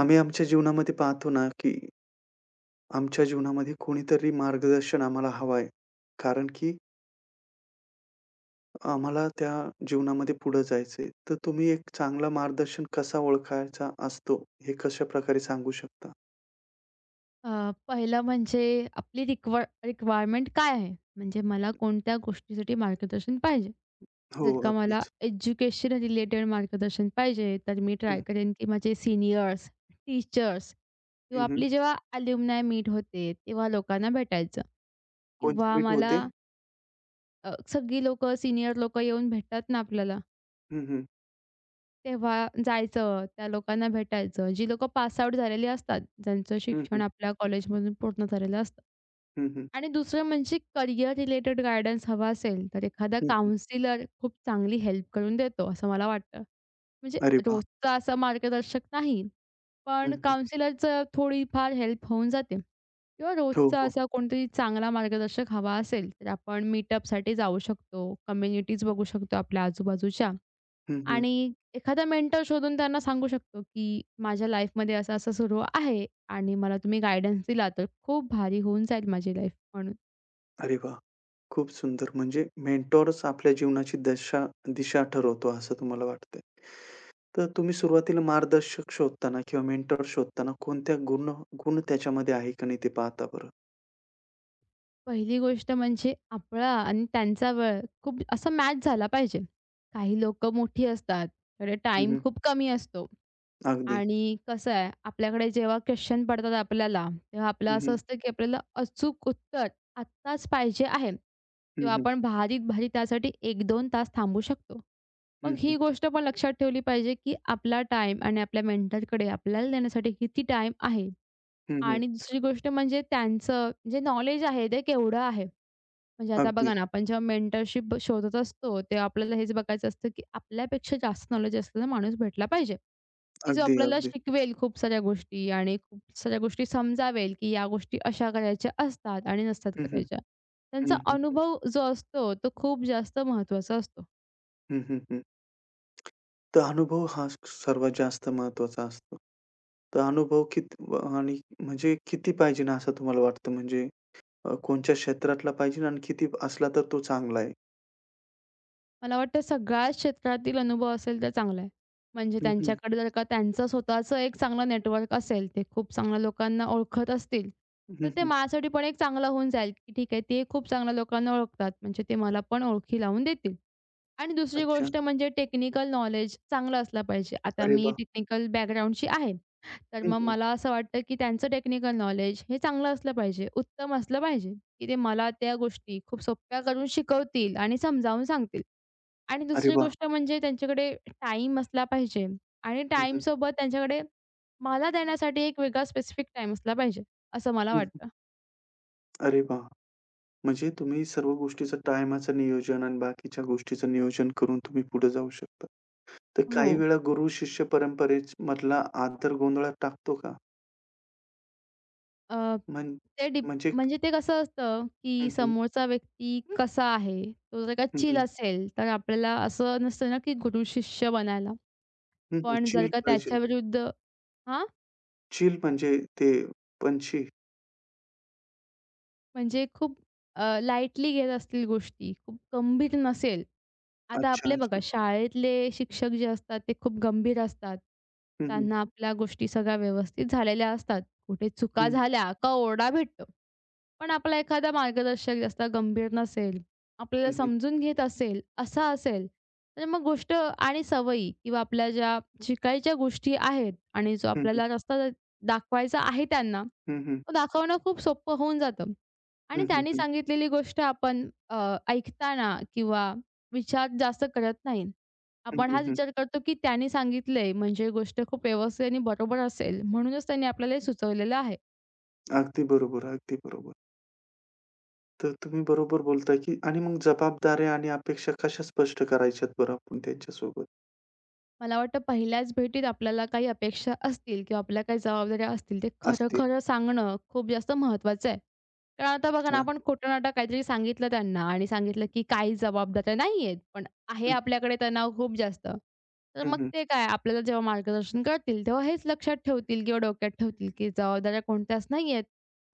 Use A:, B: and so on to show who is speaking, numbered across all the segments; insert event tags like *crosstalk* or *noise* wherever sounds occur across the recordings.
A: आम्ही आमच्या जीवनामध्ये पाहतो ना, की आमच्या जीवनामध्ये कोणीतरी मार्गदर्शन आम्हाला हवं आहे. कारण की आम्हाला त्या जीवनामध्ये पुढे जायचंय. तर तुम्ही एक चांगला मार्गदर्शन कसा ओळखायचा असतो, हे कशाप्रकारे सांगू शकता?
B: पहिलं म्हणजे आपली रिक्वायरमेंट काय आहे? म्हणजे मला कोणत्या गोष्टीसाठी मार्गदर्शन पाहिजे?
A: हो,
B: जर का मला
A: अगदीच.
B: एज्युकेशन रिलेटेड मार्गदर्शन पाहिजे, तर मी ट्राय
A: हं,
B: करेन की माझे सीनियर्स, टीचर्स
A: हं,
B: किंवा
A: हं.
B: आपली जेव्हा अल्युमनाय मीट होते, तेव्हा लोकांना भेटायचं
A: कोणची
B: किंवा
A: मीट
B: मला
A: होते?
B: सगळी लोकं, सीनियर लोकं येऊन भेटतात ना आपल्याला,
A: हं, हं.
B: तेव्हा जायचं, त्या लोकांना भेटायचं. जी लोकं पास झालेली असतात, ज्यांचं
A: हं,
B: शिक्षण
A: हं.
B: आपल्या कॉलेजमधून पूर्ण झालेलं असतं.
A: हं, हं.
B: आणि दुसरं म्हणजे करियर रिलेटेड गाईडन्स हवा असेल, तर एखादा
A: हं, हं.
B: काउन्सिलर खूप चांगली हेल्प करून देतो, असं मला वाटतं. म्हणजे
A: अरे वाह!
B: रोजचा असा मार्गदर्शक नाही,
A: हं,
B: पण
A: हं.
B: काउन्सिलरचं थोडीफार हेल्प होऊन जाते. किंवा
A: हो,
B: रोजचा
A: हो.
B: असा कोणतरी चांगला मार्गदर्शक हवा असेल, तर आपण मीटअपसाठी जाऊ शकतो, कम्युनिटीज बघू शकतो आपल्या आजूबाजूच्या
A: हं, हं.
B: आणि एखादा मेंटर शोधून त्यांना सांगू शकतो, की माझ्या लाईफमध्ये असं-असं सुरू आहे आणि मला तुम्ही गाईडन्स दिला, तर खूप भारी होऊन जाईल माझी लाईफ म्हणून.
A: अरे वाह! खूप सुंदर. म्हणजे मेंटॉरच आपल्या जीवनाची दिशा ठरवतो असं तुम्हाला वाटतंय. तर तुम्ही सुरुवातीला मार्गदर्शक शोधताना किंवा मेंटर शोधताना कोणत्या गुण गुण त्याच्यामध्ये आहे का नाही ते पाहता बरं?
B: पहिली गोष्ट म्हणजे आपला आणि त्यांचा वेळ खूप असा मॅच झाला पाहिजे. काही लोकं मोठी असतात, थोडे टाईम
A: हं,
B: खूप कमी असतो
A: अगदी.
B: आणि कसं आहे आपल्याकडे जेव्हा क्वेश्चन पडतात आपल्याला, तेव्हा आपलं
A: हं,
B: असं
A: हं.
B: असतं की आपल्याला अचूक उत्तर आत्ताच पाहिजे आहे किंवा
A: हं, हं.
B: आपण भारीत-भारी त्यासाठी 1-2 तास थांबू शकतो. मग
A: हं,
B: ही
A: हं.
B: गोष्ट पण लक्षात ठेवली पाहिजे की आपला टाईम आणि आपल्या मेंटरकडे आपल्याला देण्यासाठी किती टाईम आहे
A: हं, हं.
B: आणि दुसरी गोष्ट म्हणजे त्यांचं जे नॉलेज आहे ते केवढं आहे. म्हणजे आता
A: अगदी,
B: बघा ना, आपण जेव्हा मेंटरशिप शोधत असतो, तेव्हा आपल्याला हेच बघायचं असतं, की आपल्यापेक्षा जास्त नॉलेज असलेला माणूस भेटला पाहिजे, की जो
A: अगदी,
B: आपल्याला
A: अगदी.
B: शिकवेल खूप साऱ्या गोष्टी आणि खूप साऱ्या गोष्टी समजावेल, की या गोष्टी अशा करायच्या असतात आणि नसतात
A: हं, हं.
B: करायच्या.
A: हं,
B: त्यांचा
A: हं.
B: अनुभव जो असतो, तो खूप जास्त महत्त्वाचा असतो.
A: हं, तर अनुभव हा सर्वात जास्त महत्त्वाचा असतो. तर अनुभव किती आणि म्हणजे किती पाहिजे ना असं तुम्हाला वाटतं? म्हणजे कोणत्या क्षेत्रातला पाहिजे आणि किती असला तर तो चांगला आहे?
B: मला वाटतं सगळ्याच क्षेत्रातील अनुभव असेल तर चांगला आहे. म्हणजे
A: हं, हं.
B: त्यांच्याकडे जर का त्यांचं स्वतःचं एक चांगलं नेटवर्क असेल, ते खूप चांगल्या लोकांना ओळखत असतील, तर ते
A: हं,
B: माझ्यासाठी पण एक चांगलं होऊन जाईल, की ठीक आहे ते खूप चांगल्या लोकांना ओळखतात, म्हणजे ते मला पण ओळखी लावून देतील. आणि दुसरी
A: अच्छा.
B: गोष्ट म्हणजे टेक्निकल नॉलेज चांगलं असलं पाहिजे. आता
A: अरे
B: मी
A: वाह!
B: टेक्निकल बॅकग्राऊंडची आहे, तर
A: हं,
B: मग
A: हं.
B: मला असं वाटतं, की त्यांचं टेक्निकल नॉलेज हे चांगलं असलं पाहिजे, उत्तम असलं पाहिजे, की ते मला त्या गोष्टी खूप सोप्या करून शिकवतील आणि समजावून सांगतील. आणि
A: अरे
B: दुसरी
A: वाह!
B: गोष्ट म्हणजे त्यांच्याकडे टाईम असला पाहिजे आणि
A: हं, हं.
B: टाईमसोबत त्यांच्याकडे मला देण्यासाठी एक वेगळा स्पेसिफिक टाईम असला पाहिजे, असं मला
A: हं,
B: वाटतं.
A: अरे वाह! म्हणजे तुम्ही सर्व गोष्टीचं टायमाचं नियोजन आणि बाकीच्या गोष्टीचं नियोजन करून तुम्ही पुढे जाऊ शकता. तर
B: हो.
A: काही वेळा गुरु शिष्य परंपरेमधला आदर गोंधळात टाकतो का?
B: अ,
A: म्हण
B: ते डिप
A: म्हणजे
B: म्हणजे ते कसं असतं, की
A: हं, हं.
B: समोरचा व्यक्ती कसा आहे, तो जर का
A: हं,
B: चिल
A: हं.
B: असेल, तर आपल्याला असं नसतं ना, की गुरु शिष्य बनायला.
A: हं, हं.
B: पण जर
A: चिल
B: का
A: पाहिजे.
B: त्याच्याविरुद्ध हां?
A: चिल म्हणजे ते पंछी.
B: म्हणजे खूप लाईटली घेत असतील गोष्टी, खूप गंभीर नसेल. आता
A: अच्छा,
B: आपले बघा
A: अच्छा.
B: शाळेतले शिक्षक जे असतात ते खूप गंभीर असतात. त्यांना आपल्या गोष्टी सगळ्या व्यवस्थित झालेल्या असतात. कुठे चुका
A: हं,
B: झाल्या का ओरडा भेटतो. पण आपला एखादा मार्गदर्शक जास्त गंभीर नसेल, आपल्याला
A: हं, हं.
B: समजून घेत असेल, असा असेल, तर मग गोष्ट आणि सवयी किंवा आपल्या ज्या शिकायच्या गोष्टी आहेत आणि जो
A: हं, हं.
B: आपल्याला रस्ता दाखवायचा आहे त्यांना,
A: हं, हं.
B: तो दाखवणं खूप सोपं होऊन जातं आणि
A: हं, हं,
B: त्यांनी
A: हं.
B: सांगितलेली गोष्ट आपण ऐकताना किंवा विचार जास्त करत नाही.
A: हं,
B: आपण
A: हं,
B: हाच
A: हं.
B: विचार करतो, की त्यांनी सांगितलंय म्हणजे गोष्ट खूप व्यवस्थित आणि बरोबर असेल म्हणूनच त्यांनी आपल्याला हे सुचवलेलं आहे.
A: अगदी बरोबर, अगदी बरोबर. तर तुम्ही बरोबर बोलताय, की आणि मग जबाबदाऱ्या आणि अपेक्षा कशा स्पष्ट करायच्यात बरं आपण त्यांच्यासोबत
B: मला वाटतं पहिल्याच भेटीत आपल्याला काही अपेक्षा असतील किंवा आपल्या काही जबाबदाऱ्या असतील, ते
A: असतील?
B: खरं-खरं सांगणं खूप जास्त महत्त्वाचं आहे. कारण आता बघा ना,
A: अच्छा.
B: आपण खोटं-नाटं काहीतरी सांगितलं त्यांना आणि सांगितलं की काही जबाबदाऱ्या नाही आहेत, पण आहे
A: हं,
B: आपल्याकडे तणाव खूप जास्त. तर
A: हं,
B: मग
A: हं,
B: ते काय आपल्याला जेव्हा मार्गदर्शन करतील, तेव्हा हेच लक्षात ठेवतील किंवा डोक्यात ठेवतील की जबाबदाऱ्या कोणत्याच नाही आहेत.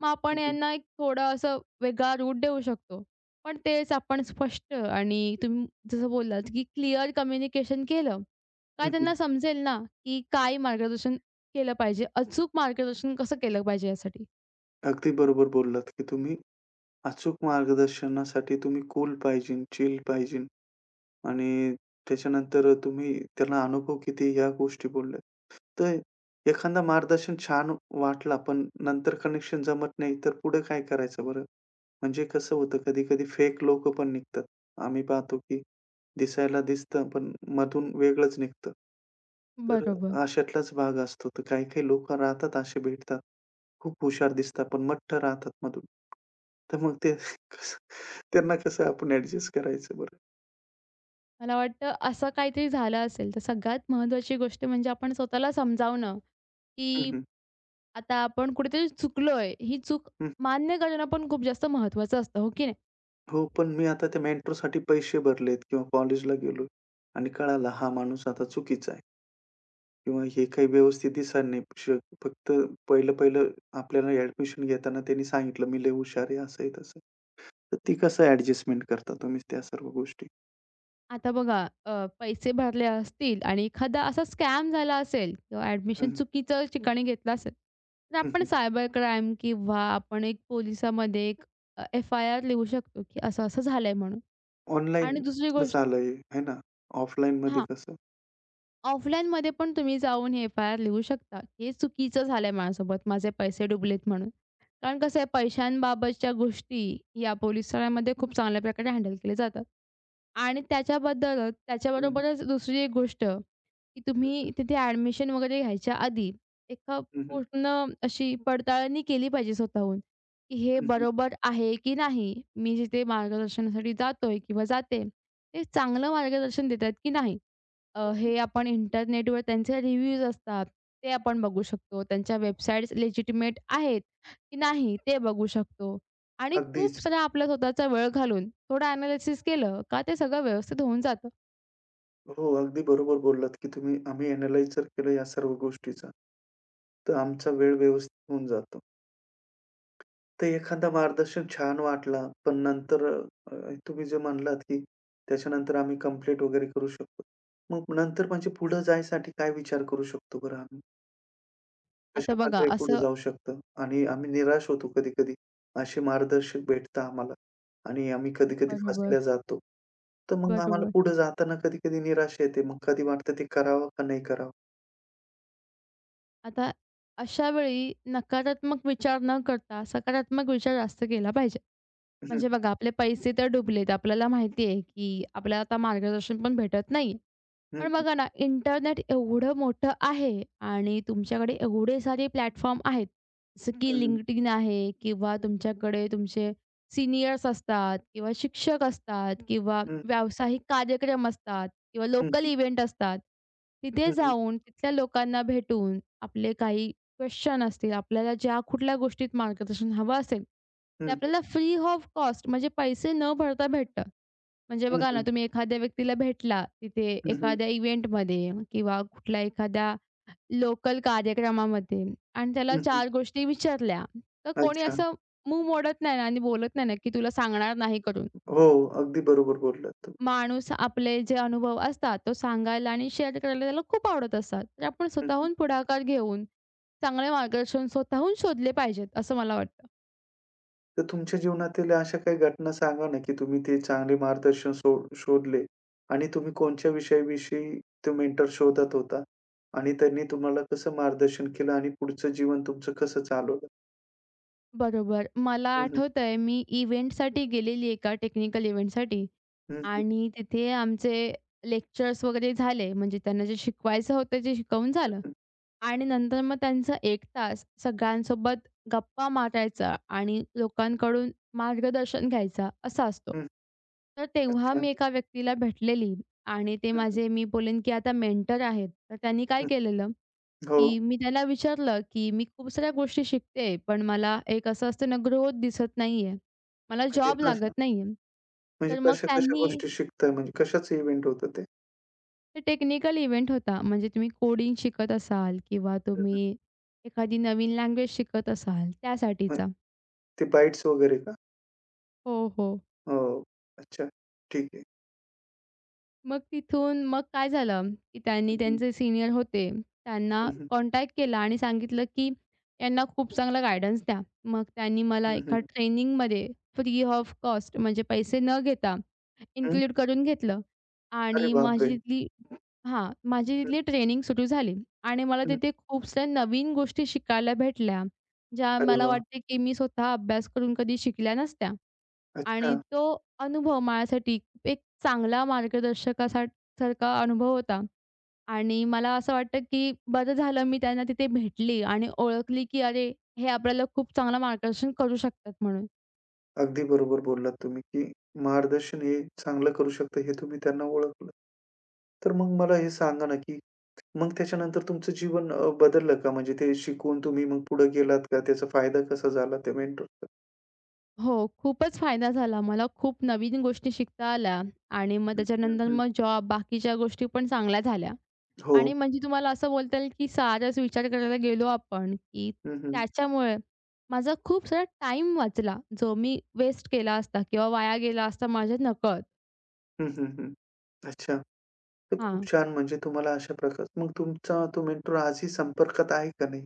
B: मग
A: हं,
B: आपण
A: हं,
B: यांना एक थोडं असं वेगळा रूट देऊ शकतो. पण तेच आपण स्पष्ट आणि तुम्ही जसं बोललात की क्लिअर कम्युनिकेशन केलं काय
A: हं, हं.
B: त्यांना समजेल ना, की काय मार्गदर्शन केलं पाहिजे? अचूक मार्गदर्शन कसं केलं पाहिजे यासाठी?
A: अगदी बरोबर बोललात, की तुम्ही अचूक मार्गदर्शनासाठी तुम्ही कूल पाहिजे, चिल पाहिजे आणि त्याच्यानंतर तुम्ही त्याला अनुभव किती या गोष्टी बोलल्या. तर एखादा मार्गदर्शन छान वाटला, पण नंतर कनेक्शन जमत नाही, तर पुढे काय करायचं बरं? म्हणजे कसं होतं कधी-कधी फेक लोकं पण निघतात. आम्ही पाहतो, की दिसायला दिसतं, पण मधून वेगळंच निघतं. तर
B: बरोबर.
A: अशातलाच भाग असतो. तर काही-काही लोकं राहतात असे भेटतात. खूप हुशार दिसतात पण मठ्ठ राहतात मधून. तर मग ते *laughs* कसं त्यांना कसं आपण ॲडजस्ट करायचं बरं?
B: मला वाटतं असं काहीतरी झालं असेल, तर सगळ्यात महत्त्वाची गोष्ट म्हणजे आपण स्वतःला समजावणं,
A: हं,
B: की
A: हं.
B: आता आपण कुठेतरी चुकलोय. ही चूक
A: हं.
B: मान्य करणं पण खूप जास्त महत्त्वाचं असतं, हो की नाही?
A: हो, पण मी आता त्या मेंटरसाठी पैसे भरलेत किंवा कॉलेजला गेलो आणि कळालं हा माणूस आता चुकीचा आहे किंवा हे काही व्यवस्थित दिसणार नाही. फक्त पहिलं-पहिलं आपल्याला ॲडमिशन घेताना त्यांनी सांगितलं, "मी लय हुशार आहे," असं आहे तसं. तर ती कसं ॲडजस्टमेंट करता तुम्ही त्या सर्व गोष्टी?
B: आता बघा पैसे भरले असतील आणि एखादा असा स्कॅम झाला असेल किंवा
A: हं,
B: ॲडमिशन
A: हं.
B: चुकीचं ठिकाणी घेतलं असेल, तर
A: हं,
B: आपण
A: हं.
B: सायबर क्राईम किंवा आपण एक पोलिसामध्ये एक एफ-आय-आर लिहू शकतो, की असं-असं झालंय म्हणून.
A: ऑनलाईन
B: आणि दुसरी गोष्ट
A: झालंय, आहे ना? ऑफलाईनमध्ये
B: हां,
A: कसं?
B: ऑफलाईनमध्ये पण तुम्ही जाऊन हे एफ-आय-आर लिहू शकता, की हे चुकीचं झालंय माझ्यासोबत, माझे पैसे डुबलेत म्हणून. कारण कसं आहे पैशांबाबतच्या गोष्टी या पोलिस खूप चांगल्या प्रकारे हँडल केल्या जातात. आणि त्याच्याबद्दलच
A: हं, हं.
B: त्याच्याबरोबरच दुसरी एक गोष्ट, की
A: हं, हं.
B: तुम्ही तिथे ॲडमिशन वगैरे घ्यायच्या आधी एक
A: हं, हं.
B: पूर्ण अशी पडताळणी केली पाहिजे स्वतःहून, की हे
A: हं, हं.
B: बरोबर आहे की नाही? मी जिथे मार्गदर्शनासाठी जातोय किंवा जाते, ते चांगलं मार्गदर्शन देत आहेत की नाही?
A: हं.
B: हे आपण इंटरनेटवर त्यांचे रिव्ह्यूज असतात, ते आपण बघू शकतो. त्यांच्या वेबसाईट्स लेजिटिमेट आहेत की नाही ते बघू शकतो. आणि
A: अगदीच.
B: खूप सारा आपला स्वतःचा वेळ घालून थोडं एनालिसिस केलं का ते सगळं व्यवस्थित होऊन जातं.
A: हो, अगदी बरोबर बोललात, की आम्ही एनालाइज जर केलं या सर्व गोष्टीचा, तर आमचा वेळ व्यवस्थित होऊन जातो. तर एखादा मार्गदर्शन छान वाटला, पण नंतर अ, तुम्ही जे म्हणलात, की त्याच्यानंतर आम्ही कंप्लीट वगैरे करू शकतो. मग नंतर म्हणजे पुढे जायसाठी काय विचार करू शकतो बरं आम्ही?
B: आता बघा
A: कशाप्रकारे पुढे
B: असं
A: जाऊ शकतं आणि आम्ही निराश होतो कधी-कधी. असे मार्गदर्शक भेटतात आम्हाला आणि आम्ही कधी-कधी
B: बरोबर,
A: फसल्या जातो. तर मग आम्हाला
B: बरोबर.
A: पुढे जाताना कधी-कधी निराशा येते. मग कधी वाटतं ते करावं का नाही करावं?
B: आता अशा वेळी नकारात्मक विचार न करता सकारात्मक विचार जास्त केला पाहिजे.
A: हं,
B: म्हणजे बघा आपले पैसे तर डुबलेत. आपल्याला माहिती आहे की आपल्याला आता मार्गदर्शन पण भेटत नाही.
A: हं,
B: पण
A: हं,
B: बघा ना, इंटरनेट एवढं मोठं आहे आणि तुमच्याकडे एवढे सारे प्लॅटफॉर्म आहेत. जसं की
A: हं, हं,
B: LinkedIn आहे किंवा तुमच्याकडे तुमचे सीनियर्स असतात किंवा शिक्षक असतात किंवा
A: हं,
B: व्यावसायिक कार्यक्रम असतात किंवा
A: हं, हं,
B: लोकल
A: हं,
B: इव्हेंट असतात. तिथे
A: हं,
B: जाऊन तिथल्या लोकांना भेटून आपले काही क्वेशन असतील, आपल्याला ज्या कुठल्या गोष्टीत मार्गदर्शन हवं असेल, ते
A: हं,
B: आपल्याला फ्री ऑफ कॉस्ट म्हणजे पैसे न भरता भेटतं. म्हणजे बघा ना,
A: हं,
B: तुम्ही एखाद्या व्यक्तीला भेटला तिथे एखाद्या इव्हेंटमध्ये किंवा कुठल्या एखाद्या लोकल कार्यक्रमामध्ये आणि त्याला चार गोष्टी विचारल्या, तर कोणी
A: अच्छा.
B: असं मूग मोडत नाही ना आणि बोलत नाही ना, की तुला सांगणार नाही करून.
A: हो, अगदी बरोबर बोललात तुम्ही.
B: माणूस आपले जे अनुभव असतात तो सांगायला आणि शेअर करायला त्याला खूप आवडत असतात. तर आपण
A: हं,
B: स्वतःहून पुढाकार घेऊन चांगले मार्गदर्शन स्वतःहून शोधले पाहिजेत, असं मला वाटतं.
A: तर तुमच्या जीवनातील अशा काही घटना सांगा ना, की तुम्ही ते चांगले मार्गदर्शन शोधले आणि तुम्ही कोणत्या विषयाविषयी तो मेंटर शोधत होता आणि त्यांनी तुम्हाला कसं मार्गदर्शन केलं आणि पुढचं जीवन तुमचं कसं चालवलं?
B: बरोबर. मला
A: हं, हं.
B: आठवतंय मी इव्हेंटसाठी गेलेली एका टेक्निकल इव्हेंटसाठी
A: हं, हं.
B: आणि तिथे आमचे लेक्चर्स वगैरे झाले. म्हणजे त्यांना जे शिकवायचं होतं ते शिकवून
A: हं,
B: झालं
A: हं.
B: आणि नंतर मग त्यांचा 1 तास सगळ्यांसोबत गप्पा मारायचा आणि लोकांकडून मार्गदर्शन घ्यायचा असा असतो.
A: हं.
B: तर तेव्हा
A: अच्छा.
B: मी एका व्यक्तीला भेटलेली आणि ते
A: हं, हं.
B: माझे मी बोलेन की आता मेंटर आहेत. तर त्यांनी काय
A: हं.
B: केलेलं
A: हो.
B: की मी त्याला विचारलं, की "मी खूप साऱ्या गोष्टी शिकते, पण मला एक असं असतं ना, ग्रोथ दिसत नाही आहे. मला
A: म्हणजे
B: जॉब लागत नाही आहे." तर मग
A: कशा-कशा
B: त्यांनी
A: गोष्टी शिकताय? म्हणजे कशाचं इव्हेंट होतं ते?
B: ते टेक्निकल इव्हेंट होता. म्हणजे तुम्ही कोडिंग शिकत असाल किंवा
A: हं, हं.
B: तुम्ही एखादी नवीन लँग्वेज शिकत असाल
A: मग
B: त्यासाठीचा.
A: ते बाईट्स वगैरे का?
B: हो, हो.
A: हो. अच्छा. ठीक आहे.
B: मग तिथून मग काय झालं, की त्यांनी त्यांचे सीनियर होते, त्यांना
A: हं, हं.
B: कॉन्टॅक्ट केला आणि सांगितलं, की यांना खूप चांगला गाईडन्स द्या. मग त्यांनी मला
A: हं, हं.
B: एका ट्रेनिंगमध्ये फ्री ऑफ कॉस्ट म्हणजे पैसे न घेता
A: हं.
B: इन्क्लूड करून घेतलं
A: अरे
B: आणि
A: बापरे!
B: माझी
A: हं,
B: तिथली ट्रेनिंग सुरू झाली आणि मला
A: हं.
B: तिथे खूप साऱ्या नवीन गोष्टी शिकायला भेटल्या, ज्या
A: अरे
B: मला
A: वाह!
B: वाटते, की मी स्वतः अभ्यास करून कधी शिकल्या नसत्या.
A: अच्छा.
B: आणि तो अनुभव माझ्यासाठी खूप एक चांगला मार्गदर्शकासा सारखा अनुभव होता. आणि मला असं वाटतं, की बरं झालं मी त्यांना तिथे भेटली आणि ओळखली, की अरे, हे आपल्याला खूप चांगलं मार्गदर्शन करू शकतात म्हणून.
A: अगदी बरोबर बोललात तुम्ही, की मार्गदर्शन हे चांगलं करू शकतं हे तुम्ही त्यांना ओळखलं. तर मग मला हे सांगा ना, की मग त्याच्यानंतर तुमचं जीवन बदललं का? म्हणजे ते शिकून तुम्ही मग पुढे गेलात का? त्याचा फायदा कसा झाला त्या मेंटरचा?
B: हो, खूपच फायदा झाला. मला खूप नवीन गोष्टी शिकता आल्या आणि मग
A: हं, हं,
B: त्याच्यानंतर
A: हं.
B: मग जॉब, बाकीच्या गोष्टी पण चांगल्या झाल्या.
A: हो.
B: आणि म्हणजे तुम्हाला असं बोलता येईल, की साराच विचार करायला गेलो आपण, की
A: हं, हं.
B: त्याच्यामुळे माझा खूप सारा टाईम वाचला, जो मी वेस्ट केला असता किंवा वाया गेला असता माझ्या नकळत.
A: हं, हं, हं. अच्छा. तर खूप
B: हां.
A: छान म्हणजे तुम्हाला अशा प्रकार मग तुमचा तो मेंटर आजही संपर्कात आहे का नाही?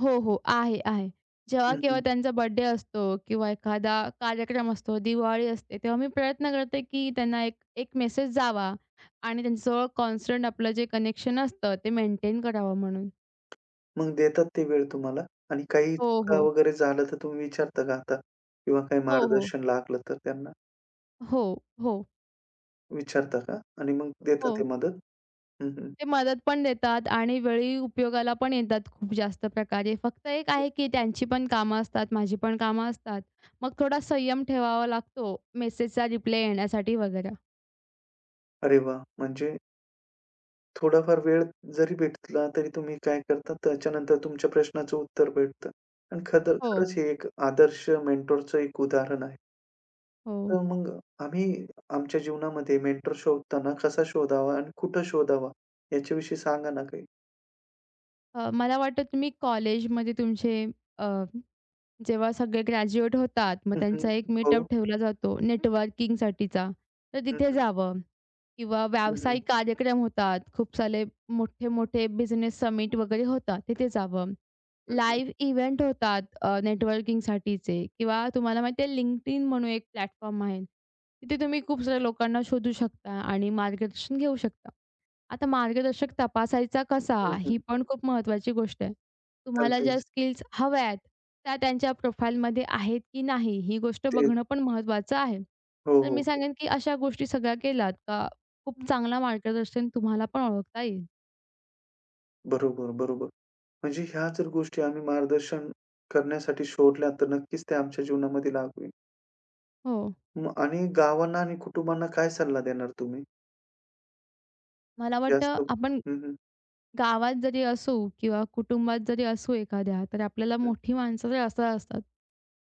B: हो, हो. आहे, आहे. जेव्हा
A: हं,
B: केव्हा
A: हं.
B: त्यांचा बर्थडे असतो किंवा एखादा कार्यक्रम असतो, दिवाळी असते, तेव्हा मी प्रयत्न करते, की त्यांना एक एक मेसेज जावा आणि त्यांच्याजवळ कॉन्स्टंट आपलं जे कनेक्शन असतं, ते मेंटेन करावं म्हणून.
A: मग देतात ते वेळ तुम्हाला आणि काही
B: हो,
A: चुका
B: हो.
A: वगैरे झालं तर तुम्ही विचारता का आता? किंवा काही
B: हो, हो.
A: मार्गदर्शन लागलं तर त्यांना?
B: हो, हो.
A: विचारता का? आणि मग हो. देता ते
B: हो.
A: मदत? हं, हं.
B: ते मदत पण देतात आणि वेळी उपयोगाला पण येतात खूप जास्त प्रकारे. फक्त एक
A: हं.
B: आहे की त्यांची पण कामं असतात, माझी पण कामं असतात. मग थोडा संयम ठेवावा लागतो मेसेजचा रिप्लाय येण्यासाठी वगैरे.
A: अरे वाह! म्हणजे थोडाफार वेळ जरी भेटला तरी तुम्ही काय करता त्याच्यानंतर तुमच्या प्रश्नाचं उत्तर भेटतं. आणि खदर हो.
B: हो.
A: खरंच हे एक आदर्श मेंटॉरचं एक उदाहरण आहे.
B: हो.
A: तर मग आम्ही आमच्या जीवनामध्ये मेंटॉर शोधताना कसा शोधावा आणि कुठं शोधावा याच्याविषयी सांगा ना काही?
B: मला वाटतं तुम्ही कॉलेजमध्ये तुमचे अ, जेव्हा सगळे ग्रॅज्युएट होतात, मग
A: हं, हं.
B: त्यांचा एक मीटअप
A: हो.
B: ठेवला जातो नेटवर्किंगसाठीचा, तर
A: हं,
B: तिथे
A: हं.
B: जावं. किंवा
A: हं, हं.
B: व्यावसायिक कार्यक्रम होतात. खूप सारे मोठे-मोठे बिझनेस समिट वगैरे होतात, तिथे जावं.
A: हं, हं.
B: लाईव्ह इव्हेंट होतात नेटवर्किंगसाठीचे किंवा तुम्हाला माहिती आहे LinkedIn म्हणून एक प्लॅटफॉर्म आहे. तिथे तुम्ही खूप साऱ्या लोकांना शोधू शकता आणि मार्गदर्शन घेऊ शकता. आता मार्गदर्शक तपासायचा कसा
A: हं,
B: ही
A: हं.
B: पण खूप महत्त्वाची गोष्ट आहे. तुम्हाला ज्या
A: अगदीच.
B: स्किल्स हव्या आहेत, त्या त्यांच्या प्रोफाईलमध्ये आहेत की नाही ही गोष्ट
A: ते.
B: बघणं पण महत्त्वाचं आहे.
A: हो,
B: तर
A: हो,
B: मी
A: हो.
B: सांगेन की अशा गोष्टी सगळ्या केल्यात का खूप चांगला मार्गदर्शन तुम्हाला पण ओळखता येईल.
A: बरोबर, बरोबर. म्हणजे ह्या जर गोष्टी आम्ही मार्गदर्शन करण्यासाठी शोधल्या, तर नक्कीच ते आमच्या जीवनामध्ये लागू होईल.
B: हो,
A: मग आणि गावांना आणि कुटुंबांना काय सल्ला देणार तुम्ही?
B: मला वाटतं
A: जास्त
B: आपण
A: हं, हं.
B: गावात जरी असू किंवा कुटुंबात जरी असू एखाद्या, तर आपल्याला मोठी माणसं जर असं असतात,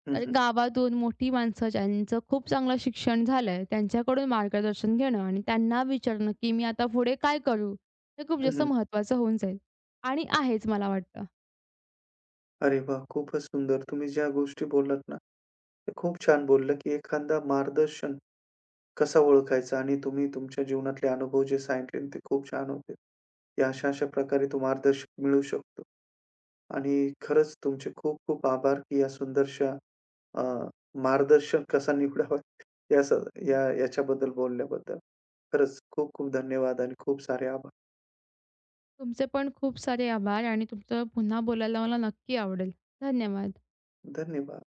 A: हं,
B: तर
A: हं.
B: गावातून मोठी माणसं ज्यांचं खूप चांगलं शिक्षण झालंय, त्यांच्याकडून मार्गदर्शन घेणं आणि त्यांना विचारणं, की मी आता पुढे काय करू? हे खूप
A: हं,
B: जास्त
A: हं.
B: महत्त्वाचं होऊन जाईल आणि आहेच मला वाटतं.
A: अरे वाह! खूपच सुंदर. तुम्ही ज्या गोष्टी बोललात ना, ते खूप छान बोलल्या, की एखादा मार्गदर्शन कसा ओळखायचा आणि तुम्ही तुमच्या जीवनातले अनुभव जे सांगितले ते खूप छान होते. या अशा-अशा प्रकारे तो मार्गदर्शक मिळू शकतो. आणि खरंच तुमचे खूप खूप आभार, की या सुंदरशा अ, मार्गदर्शक कसा निवडावा *laughs* या स या याच्याबद्दल बोलल्याबद्दल. खरंच खूप खूप धन्यवाद आणि खूप सारे आभार.
B: तुमचे पण खूप सारे आभार आणि तुमचं पुन्हा बोलायला मला नक्की आवडेल. धन्यवाद.
A: धन्यवाद.